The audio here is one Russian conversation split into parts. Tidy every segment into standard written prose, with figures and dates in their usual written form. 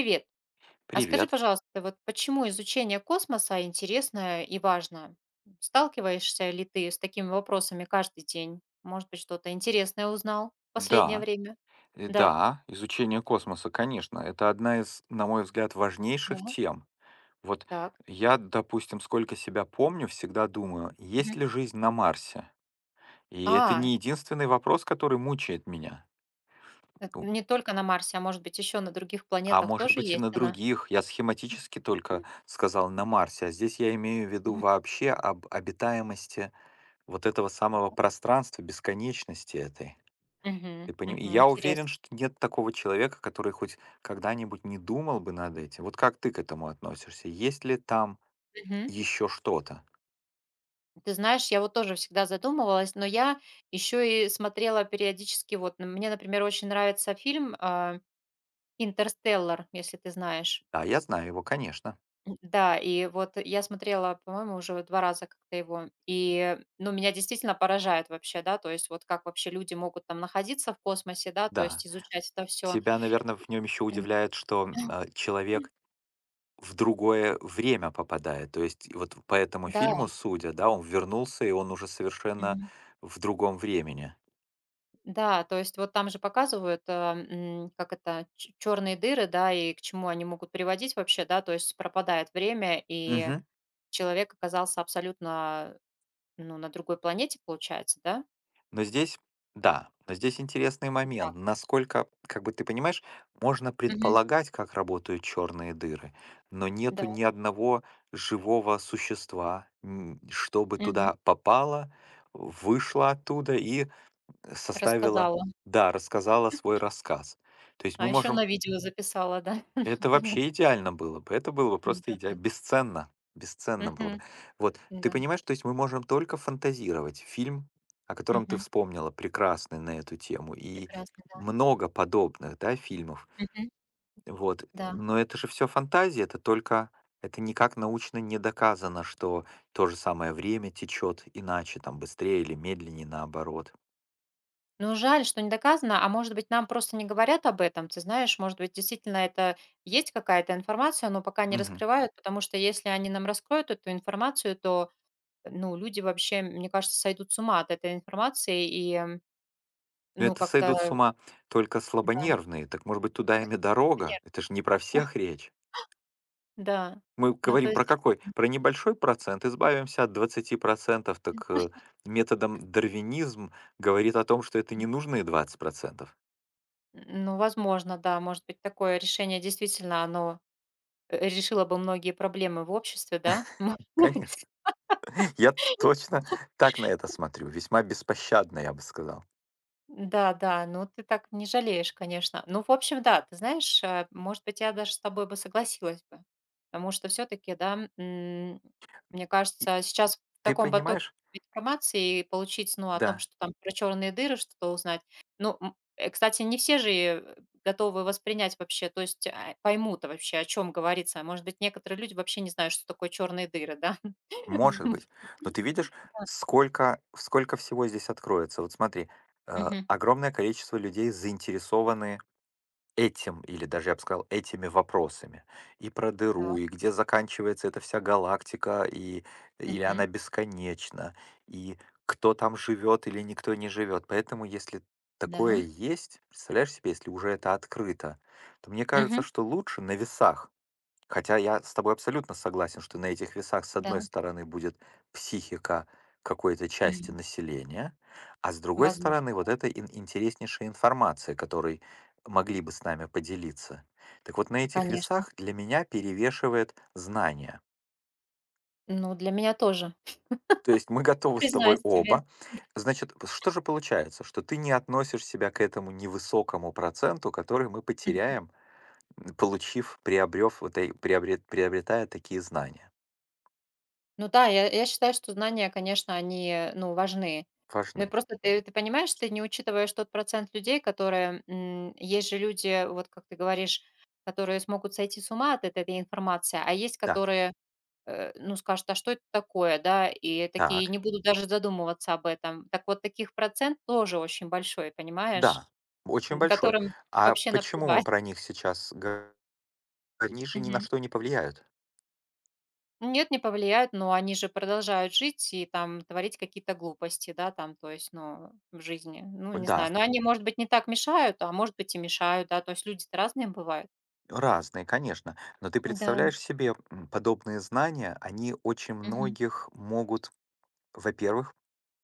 Привет. А скажи, Привет. пожалуйста, вот почему изучение космоса интересно и важно? Сталкиваешься ли ты с такими вопросами каждый день? Может быть, что-то интересное узнал в последнее Да, время? э, Да. да, изучение космоса, конечно, это одна из, на мой взгляд, важнейших Да. тем. Вот Так. я, допустим, сколько себя помню, всегда думаю, есть Мгм. ли жизнь на Марсе? И это А, не единственный вопрос, который мучает меня. Ну, не только на Марсе, а может быть, еще на других а планетах может тоже быть, и есть на она? других. Я схематически только сказал на Марсе, а здесь я имею в виду М. вообще об обитаемости вот этого самого пространства, бесконечности этой. Мгм, Ты пони и мгм. я уверен, Интересно. что нет такого человека, который хоть когда-нибудь не думал бы над этим. Вот как ты к этому относишься? Есть ли там Мгм. еще что-то? Ты знаешь, я вот тоже всегда задумывалась, но я еще и смотрела периодически, вот, мне, например, очень нравится фильм "Интерстеллар", если ты знаешь. Да, я знаю его, конечно. Да, и вот я смотрела, по-моему, уже 2 раза как-то его, и, ну, меня действительно поражает вообще, да, то есть вот как вообще люди могут там находиться в космосе, да, то Да. есть изучать это все. Тебя, наверное, в нем еще удивляет, что человек в другое время попадает. То есть и вот по этому Да, фильму, судя, да, он вернулся, и он уже совершенно мгм. в другом времени. Да, то есть вот там же показывают, как это, черные дыры, да, и к чему они могут приводить вообще, да, то есть пропадает время, и Мгм. человек оказался абсолютно, ну, на другой планете, получается, да? Но здесь, да, но здесь интересный Так. момент, насколько, как бы ты понимаешь, можно Мгм. предполагать, как работают черные дыры, но Да. нету ни одного живого существа, чтобы Мгм. туда попало, вышло оттуда и составило, Рассказала, да, рассказала свой рассказ. То есть а мы еще можем, на видео записала, да? это Понятно. вообще идеально было бы. Это было бы просто Да-да. идеально. Бесценно. Бесценно было бы. Мгм. Вот. Ты Да. понимаешь, то есть мы можем только фантазировать. Фильм, о котором ты Мгм. вспомнила, прекрасный на эту тему. И Прекрасно, да. много подобных, да, фильмов. Мгм. Вот. Да. Но это же все фантазия, это никак научно не доказано, что то же самое время течет иначе, там быстрее или медленнее, наоборот. Ну, жаль, что не доказано, а может быть, нам просто не говорят об этом. Ты знаешь, может быть, действительно это есть какая-то информация, но пока не Мгм. раскрывают, потому что если они нам раскроют эту информацию, то, ну, люди вообще, мне кажется, сойдут с ума от этой информации и Но ну, это сойдут с как-то, ума только да, слабонервные, так, может быть, туда им и дорога. нет, Это же не про всех речь. да. Мы Ну, то говорим есть про какой? Про небольшой процент, избавимся от 20%, так методом дарвинизм говорит о том, что это м, ненужные 20%. ну, возможно, да, может быть, такое решение действительно, оно решила бы многие проблемы в обществе, да? Может быть. Конечно. Я точно так на это смотрю. Весьма беспощадно, я бы сказал. Да, да, ну ты так не жалеешь, конечно. Ну, в общем, да, ты знаешь, может быть, я даже с тобой бы согласилась бы. Потому что все-таки, да, мне И кажется, сейчас в ты таком потоке понимаешь? информации и получить, ну, о том, Да, что там про черные дыры что-то узнать. Ну, кстати, не все же готовы воспринять вообще, то есть поймут вообще, о чем говорится. А может быть, некоторые люди вообще не знают, что такое черные дыры, да? может быть. Но ты видишь, сколько всего здесь откроется. Вот смотри, Мгм. огромное количество людей заинтересованы этим, или даже я бы сказал, этими вопросами. И про дыру, и где заканчивается эта вся галактика, и Так. или она бесконечна, и кто там живет или никто не живет. Поэтому, если Да, такое есть, представляешь себе, если уже это открыто, то мне кажется, мгм, что лучше на весах. Хотя я с тобой абсолютно согласен, что на этих весах, с одной да, стороны, будет психика какой-то части мгм. населения, а с другой Возможно, стороны, вот эта интереснейшая информация, которой могли бы с нами поделиться. Так вот, на этих конечно. весах для меня перевешивает знание. Ну, для меня тоже, То есть мы готовы с тобой признаюсь тебе. оба. Значит, что же получается? Что ты не относишь себя к этому невысокому проценту, который мы Мгм. потеряем, получив, приобрев, вот, приобретая такие знания. Ну да, я считаю, что знания, конечно, они, ну, важны. Ну и Важны. просто ты понимаешь, ты не учитываешь тот процент людей, которые, есть же люди, вот как ты говоришь, которые смогут сойти с ума от этой информации, а есть, Да. которые, ну, скажут: "А что это такое?" Да, и такие не Так, будут даже задумываться об этом. Так вот, таких процент тоже очень большой, понимаешь, да, очень большой. которым А вообще почему мы наплевать. про них сейчас говорим? Они же ни на Мгм. что не повлияют. Нет, не повлияют, но они же продолжают жить и там творить какие-то глупости, да, там, то есть, ну, в жизни. Ну, не Да, знаю. Но они, может быть, не так мешают, а может быть, и мешают, да. То есть люди-то разные бывают. разные, конечно. Но ты Да. представляешь себе, подобные знания, они очень Мгм. многих могут, во-первых,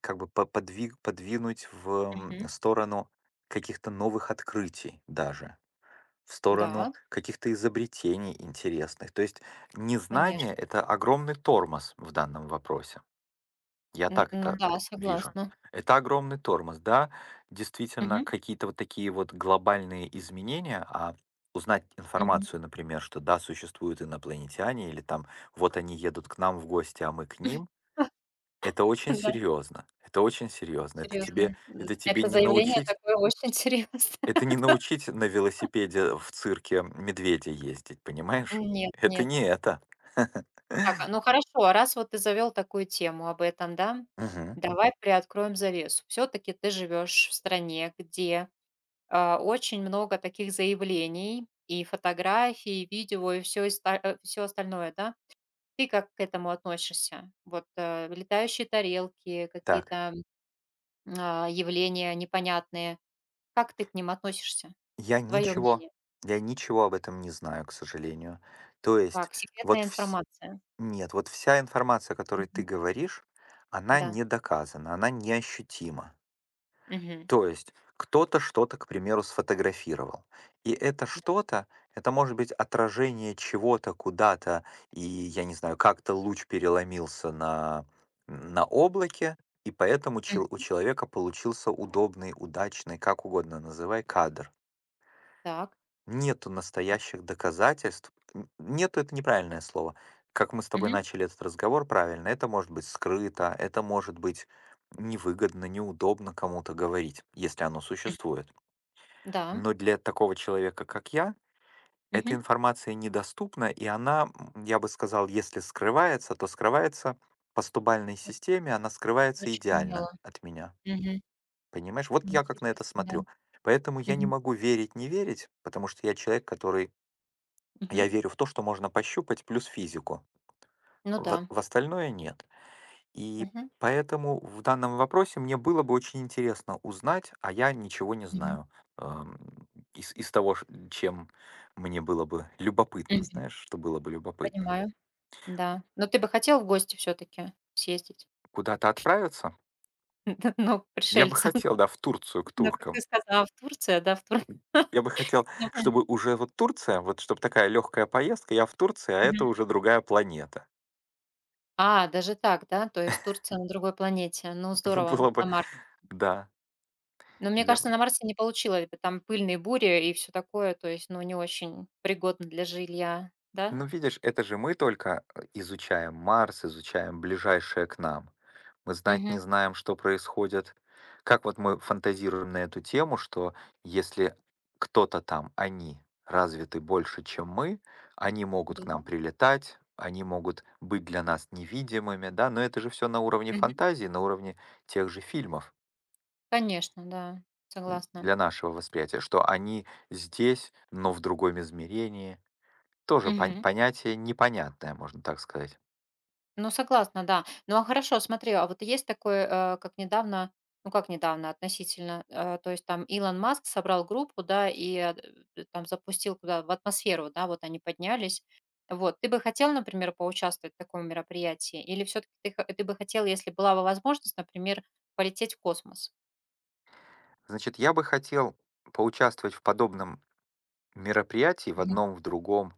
как бы подвинуть в Мгм. сторону каких-то новых открытий даже, в сторону Да, каких-то изобретений интересных. То есть незнание — конечно. это огромный тормоз в данном вопросе. Я так Ну это да, вижу. согласна. Это огромный тормоз, да. Действительно, Мгм. какие-то вот такие вот глобальные изменения, а узнать Мгм. информацию, например, что да, существуют инопланетяне, или там вот они едут к нам в гости, а мы к ним, это очень Да, серьезно. Это очень серьезно. Это серьезно. тебе, это тебе Это не заявление научить, такое очень серьезное. это не научить на велосипеде в цирке медведя ездить, понимаешь? Нет, Это нет. не это. Так, а, ну хорошо, а раз вот ты завел такую тему об этом, да, Мгм. давай приоткроем завесу. Все таки ты живешь в стране, где, очень много таких заявлений, и фотографий, и видео, и все остальное, да. Ты как к этому относишься? Вот, летающие тарелки, Так. какие-то, явления непонятные. Как ты к ним относишься? Я Твое ничего мнение. я ничего об этом не знаю, к сожалению. То есть Так, секретная вот вс информация. нет, вот вся информация, о которой ты Мгм. говоришь, она Да. не доказана, она неощутима. Мгм. То есть кто-то что-то, к примеру, сфотографировал. И это Да. что-то, это может быть отражение чего-то куда-то, и, я не знаю, как-то луч переломился на облаке, и поэтому М. чел у человека получился удобный, удачный, как угодно называй, кадр. Так. Нету настоящих доказательств. Это неправильное слово. Как мы с тобой Мгм. начали этот разговор правильно, это может быть скрыто, это может быть невыгодно, неудобно кому-то говорить, если оно Мгм. существует. Да. Но для такого человека, как я, эта Мгм. информация недоступна, и она, я бы сказал, если скрывается, то скрывается по стубальной Это системе, она скрывается очень умело. идеально от меня. Мгм. Понимаешь? Вот я как на это Интересно, да. смотрю. Поэтому я не Мгм. могу верить, не верить, потому что я человек, который, Мгм. я верю в то, что можно пощупать, плюс физику. Ну да. В остальное нет. И Мгм. поэтому в данном вопросе мне было бы очень интересно узнать, а я ничего не Мгм. знаю, эм, из того, чем мне было бы любопытно, Мгм. знаешь, что было бы любопытно. Понимаю. Да. Но ты бы хотел в гости все таки съездить? Куда-то отправиться? Ну, Я бы пришельцам. хотел, да, в Турцию к Ну, как ты туркам. сказала, в Турция, да, в Тур Я бы хотел, Ну мгм. чтобы уже вот Турция, вот чтобы такая легкая поездка, я в Турции, а Мгм. это уже другая планета. А, даже так, да? То есть Турция на другой планете. Ну, Ну, здорово, было на бы, Марсе. да. Но мне Я кажется, на Марсе не получилось бы, там пыльные бури и все такое, то есть, ну, не очень пригодно для жилья, да? Ну, видишь, это же мы только изучаем Марс, изучаем ближайшее к нам. Мы знать не Мгм. знаем, что происходит. Как вот мы фантазируем на эту тему, что если кто-то там, они развиты больше, чем мы, они могут к Да. нам прилетать, они могут быть для нас невидимыми, да, но это же все на уровне фантазии, на уровне тех же фильмов, Конечно, да, согласна. для нашего восприятия, что они здесь, но в другом измерении. Тоже Мгм. понятие непонятное, можно так сказать. Ну, согласна, да. Ну, а хорошо, смотри, а вот есть такой, как недавно, ну, как недавно относительно, то есть там Илон Маск собрал группу, да, и там запустил куда в атмосферу, да, вот они поднялись. Вот, ты бы хотел, например, поучаствовать в таком мероприятии? Или все-таки ты бы хотел, если была бы возможность, например, полететь в космос? Значит, я бы хотел поучаствовать в подобном мероприятии, в Мгм. одном, в другом,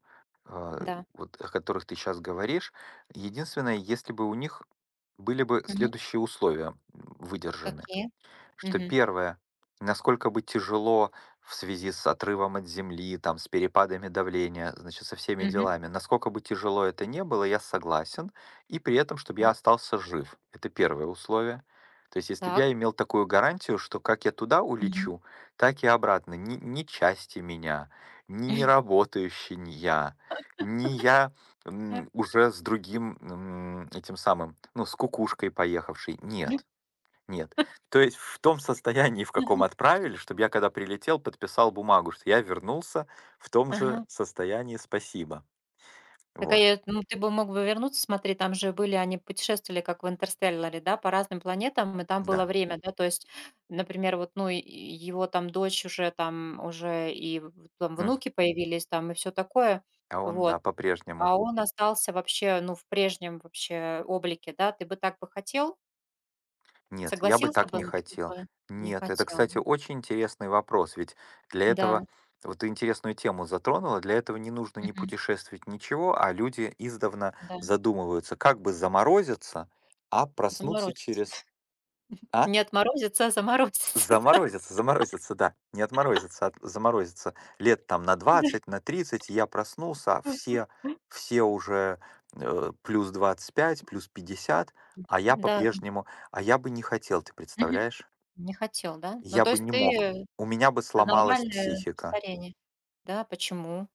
э, Да. вот о которых ты сейчас говоришь. Единственное, если бы у них были бы Мгм. следующие условия выдержаны. Какие? Что Мгм. первое, насколько бы тяжело в связи с отрывом от земли, там, с перепадами давления, значит, со всеми Мгм. делами, насколько бы тяжело это не было, я согласен, и при этом, чтобы я Вот остался жив. Это первое условие. То есть, если бы так. я имел такую гарантию, что как я туда Мгм. улечу, так и обратно, ни части меня, ни неработающий не я, ни я, уже с другим, этим самым, ну, с кукушкой поехавший. Нет. Нет. То есть в том состоянии, в каком отправили, чтобы я, когда прилетел, подписал бумагу, что я вернулся в том же, ага, Ага. состоянии. "Спасибо". Так, а Вот, я ну, ты бы мог бы вернуться, смотри, там же были, они путешествовали, как в "Интерстелларе", да, по разным планетам, и там было да. время, да, то есть, например, вот, ну, и его там дочь уже там, уже и в там М. внуки появились там и все такое, А он, вот. да, по-прежнему. А он остался вообще, ну, в прежнем вообще облике, да. Ты бы так бы хотел? Нет, я бы Согласился так бы не на такие хотел. условия? Не Нет, это, хотел, да? кстати, очень интересный вопрос, ведь для этого, Да, вот ты интересную тему затронула, для этого не нужно ни мгм, путешествовать, ничего, а люди издавна да, задумываются, как бы заморозиться, а проснуться заморозится. через… А? Не отморозится, а заморозится. Заморозится, заморозится, да. Не отморозится, а заморозится. Лет там на 20, на 30 я проснулся, а все, все уже, плюс 25, плюс 50, а я Да, да, по-прежнему, а я бы не хотел, ты мгм. представляешь? Не хотел, да? Ну, Я то бы есть не ты мог. У меня бы за сломалась нормальное психика. старение. Да, почему?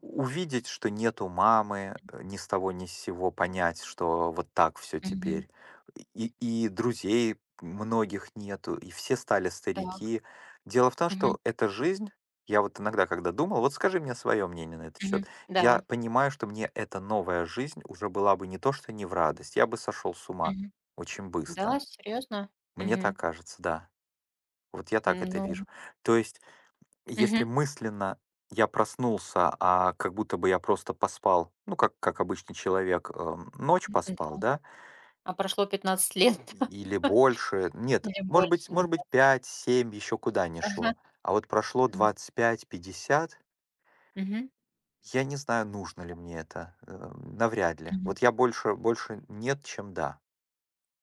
Увидеть, что нету мамы, ни с того ни с сего понять, что вот так все Мгм. теперь. И друзей многих нету, и все стали Так. старики. Дело в том, Мгм. что эта жизнь, я вот иногда, когда думал, вот скажи мне свое мнение на этот Мгм. счет, Да. я понимаю, что мне эта новая жизнь уже была бы не то, что не в радость, я бы сошел с ума Мгм. очень быстро. Да, серьезно? Мне так Мгм. кажется, да. Вот я так это Ну, вижу. То есть если мгм. мысленно я проснулся, а как будто бы я просто поспал, ну, как обычный человек, ночь поспал, Да. да, А прошло 15 лет, или больше, нет, или может больше, быть, ну, может быть, 23. 5, 7, еще куда не Ага, шло. А вот прошло да. 25, 50, Мгм. я не знаю, нужно ли мне это, навряд ли. Мгм. Вот я больше, больше нет, чем да.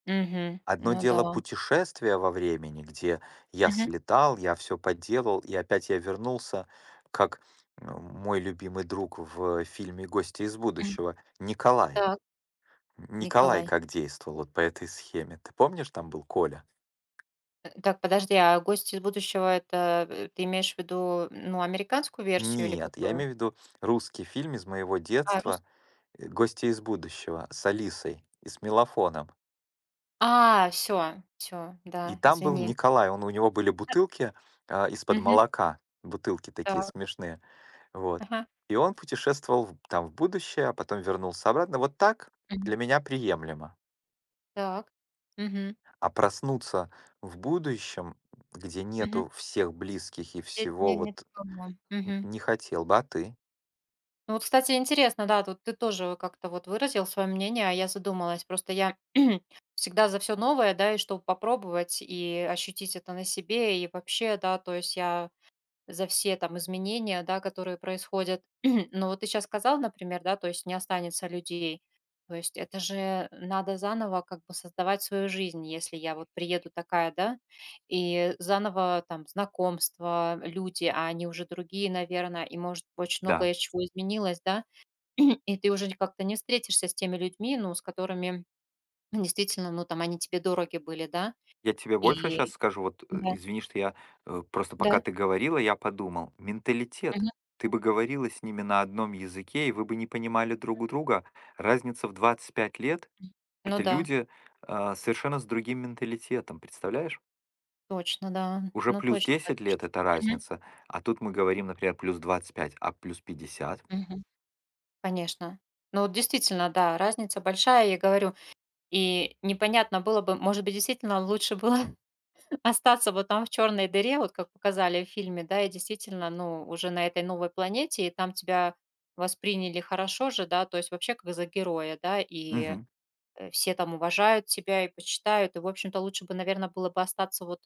Мгм. Одно Ну дело да. путешествие во времени, где я Мгм. слетал, я все подделал и опять я вернулся, как, мой любимый друг в фильме "Гости из М. будущего" Николай. Так, Николай Николай. как действовал вот по этой схеме. Ты помнишь, там был Коля? Так, подожди, а "Гость из будущего" — это, ты имеешь в виду, ну, американскую версию или Нет, я какую? имею в виду русский фильм из моего А, детства, русскую? "Гости из будущего" с Алисой и с мелофоном. А, все, все, И да, там был извини. Николай, он, у него были бутылки, из-под Мгм. молока, бутылки такие Так. смешные. Вот. Ага. И он путешествовал в там в будущее, а потом вернулся обратно. Вот так Мгм. для меня приемлемо. Так. Мгм. А проснуться в будущем, где Мгм. нету всех близких и Те всего, не не вот помню. Мгм. не хотел бы, а ты? Ну вот, кстати, интересно, да, тут ты тоже как-то вот выразил свое мнение, а я задумалась. Просто я всегда за все новое, да, и чтобы попробовать и ощутить это на себе, и вообще, да, то есть я за все там изменения, да, которые происходят. Но вот ты сейчас сказал, например, да, то есть не останется людей. То есть это же надо заново как бы создавать свою жизнь, если я вот приеду такая, да, и заново там знакомства, люди, а они уже другие, наверное, и может очень Да. многое чего изменилось, да, и ты уже как-то не встретишься с теми людьми, ну, с которыми действительно, ну, там они тебе дороги были, да, Я тебе больше и сейчас скажу, вот да, извини, что я, просто пока да, ты говорила, я подумал, менталитет. мгм, Ты бы говорила с ними на одном языке, и вы бы не понимали друг у друга. Разница в 25 лет — ну это да. люди, совершенно с другим менталитетом, представляешь? Точно, да. Уже Ну, плюс точно, 10 конечно. лет — это Мгм. разница, а тут мы говорим, например, плюс 25, а плюс 50. Мгм. Конечно. Ну, вот действительно, да, разница большая, я говорю. И непонятно было бы, может быть, действительно лучше было остаться вот там в черной дыре, вот как показали в фильме, да, и действительно, ну, уже на этой новой планете, и там тебя восприняли хорошо же, да, то есть вообще как за героя, да, и Мгм. э, все там уважают тебя и почитают. И, в общем-то, лучше бы, наверное, было бы остаться вот,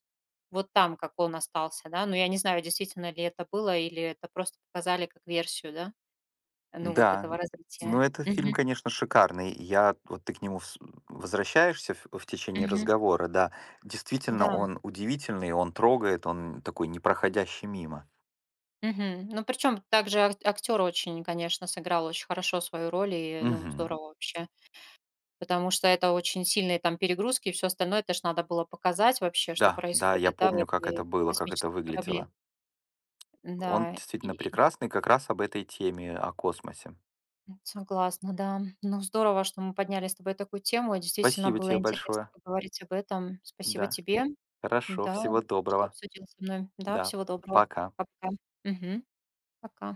вот там, как он остался, да. Но я не знаю, действительно ли это было, или это просто показали как версию, да, ну, вот Да, этого ну, развития. этот фильм, Мгм. конечно, шикарный. Я вот ты к нему вс возвращаешься в течение Мгм. разговора, да. Действительно, Да. он удивительный, он трогает, он такой не проходящий мимо. Мгм. Ну, причем также актер очень, конечно, сыграл очень хорошо свою роль, и, ну, Мгм. здорово вообще. Потому что это очень сильные там перегрузки, и все остальное, это ж надо было показать вообще, что Да, да, я происходит, да, в помню, как это этой было, как это космическом корабле. выглядело. Он Да, и, действительно прекрасный как раз об этой теме, о космосе. согласна, да. Ну, здорово, что мы подняли с тобой такую тему. Действительно Спасибо было тебе интересно большое. поговорить об этом. Спасибо Да, тебе, хорошо, да, всего что доброго. обсудил со мной. Да, Да, всего доброго. пока. Пока. Мгм. Пока.